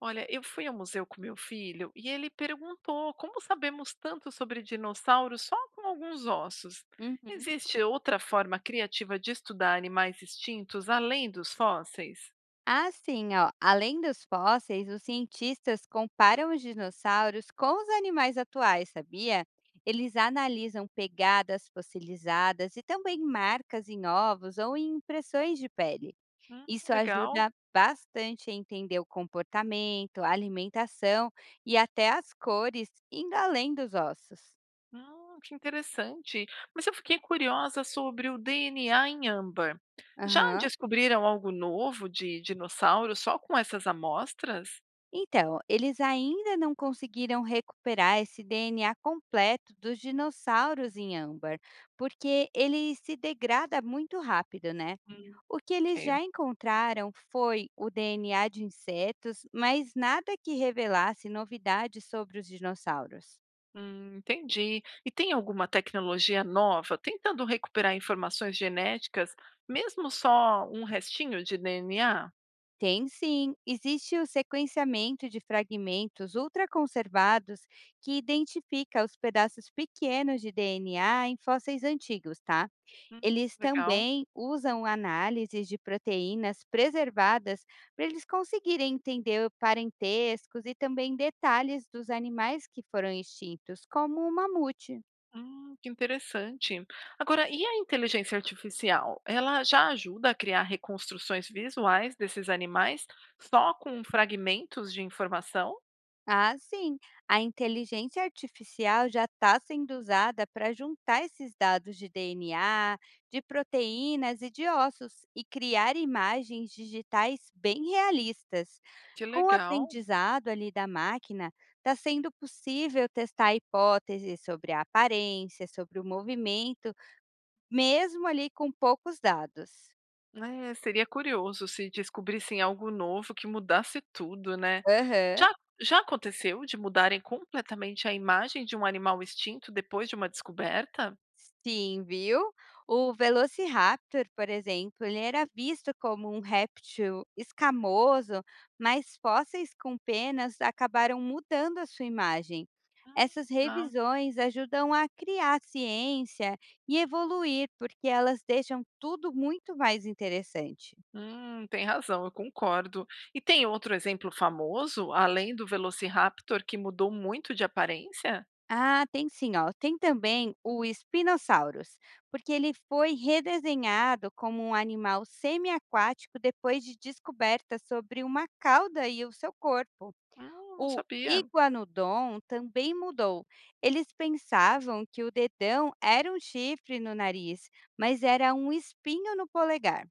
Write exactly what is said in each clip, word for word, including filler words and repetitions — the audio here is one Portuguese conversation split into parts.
Olha, eu fui ao museu com meu filho e ele perguntou como sabemos tanto sobre dinossauros só com alguns ossos. Uhum. Existe outra forma criativa de estudar animais extintos além dos fósseis? Assim, ó, além dos fósseis, os cientistas comparam os dinossauros com os animais atuais, sabia? Eles analisam pegadas fossilizadas e também marcas em ovos ou em impressões de pele. Hum, Isso legal. ajuda bastante a entender o comportamento, a alimentação e até as cores, indo além dos ossos. Hum, que interessante. Mas eu fiquei curiosa sobre o D N A em âmbar. Já Aham. descobriram algo novo de dinossauro só com essas amostras? Então, eles ainda não conseguiram recuperar esse D N A completo dos dinossauros em âmbar, porque ele se degrada muito rápido, né? Hum, O que eles ok. já encontraram foi o D N A de insetos, mas nada que revelasse novidades sobre os dinossauros. Hum, entendi. E tem alguma tecnologia nova tentando recuperar informações genéticas, mesmo só um restinho de D N A? Tem sim, existe o sequenciamento de fragmentos ultraconservados que identifica os pedaços pequenos de D N A em fósseis antigos, tá? Hum, Eles legal. também usam análises de proteínas preservadas para eles conseguirem entender parentescos e também detalhes dos animais que foram extintos, como o mamute. Hum, que interessante. Agora, e a inteligência artificial? Ela já ajuda a criar reconstruções visuais desses animais só com fragmentos de informação? Ah, sim. A inteligência artificial já está sendo usada para juntar esses dados de D N A, de proteínas e de ossos e criar imagens digitais bem realistas. Que Com o legal. aprendizado ali da máquina, está sendo possível testar hipóteses sobre a aparência, sobre o movimento, mesmo ali com poucos dados. É, seria curioso se descobrissem algo novo que mudasse tudo, né. Aham. Já já aconteceu de mudarem completamente a imagem de um animal extinto depois de uma descoberta? Sim, viu? O Velociraptor, por exemplo, ele era visto como um réptil escamoso, mas fósseis com penas acabaram mudando a sua imagem. Ah, Essas tá. revisões ajudam a criar ciência e evoluir, porque elas deixam tudo muito mais interessante. Hum, tem razão, eu concordo. E tem outro exemplo famoso, além do Velociraptor, que mudou muito de aparência? Ah, tem sim, ó. Tem também o spinosaurus, porque ele foi redesenhado como um animal semiaquático depois de descoberta sobre uma cauda e o seu corpo. Hum, não O sabia. Iguanodon também mudou. Eles pensavam que o dedão era um chifre no nariz, mas era um espinho no polegar.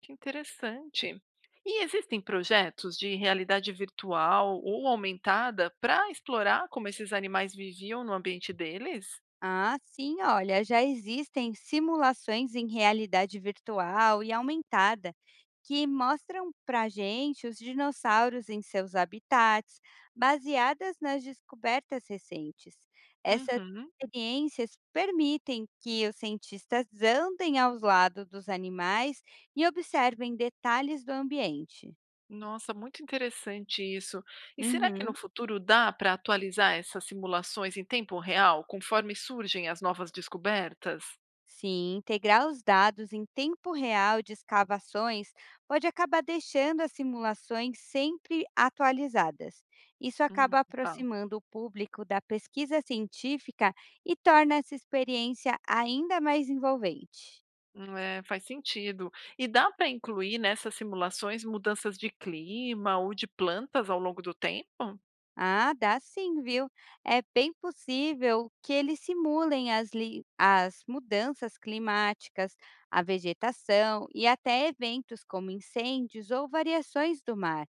Que interessante. E existem projetos de realidade virtual ou aumentada para explorar como esses animais viviam no ambiente deles? Ah, sim, olha, já existem simulações em realidade virtual e aumentada que mostram para gente os dinossauros em seus habitats, baseadas nas descobertas recentes. Essas Uhum. experiências permitem que os cientistas andem aos lados dos animais e observem detalhes do ambiente. Nossa, muito interessante isso. E será que no Uhum. futuro dá para atualizar essas simulações em tempo real, conforme surgem as novas descobertas? Sim, integrar os dados em tempo real de escavações pode acabar deixando as simulações sempre atualizadas. Isso Hum, acaba tá. aproximando o público da pesquisa científica e torna essa experiência ainda mais envolvente. Hum, é, faz sentido. E dá para incluir nessas simulações mudanças de clima ou de plantas ao longo do tempo? Ah, dá sim, viu? É bem possível que eles simulem as, li- as mudanças climáticas, a vegetação e até eventos como incêndios ou variações do mar.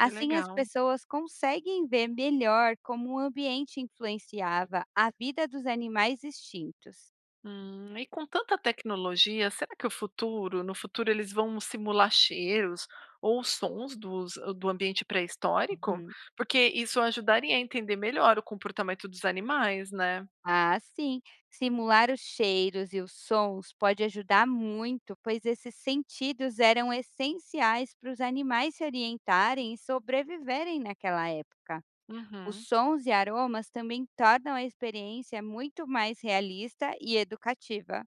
Que as legal. pessoas conseguem ver melhor como o ambiente influenciava a vida dos animais extintos. Hum, e com tanta tecnologia, será que o futuro, no futuro eles vão simular cheiros ou sons dos, ah, do ambiente pré-histórico? Uhum. Porque isso ajudaria a entender melhor o comportamento dos animais, né? Ah, sim. Simular os cheiros e os sons pode ajudar muito, pois esses sentidos eram essenciais para os animais se orientarem e sobreviverem naquela época. Os Uhum. sons e aromas também tornam a experiência muito mais realista e educativa.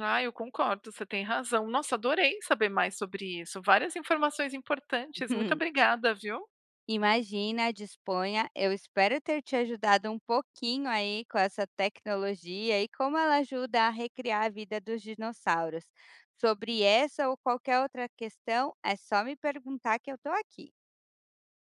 Ah, eu concordo, você tem razão. Nossa, adorei saber mais sobre isso. Várias informações importantes. Muito obrigada, viu? Imagina, disponha. Eu espero ter te ajudado um pouquinho aí com essa tecnologia e como ela ajuda a recriar a vida dos dinossauros. Sobre essa ou qualquer outra questão, é só me perguntar que eu estou aqui.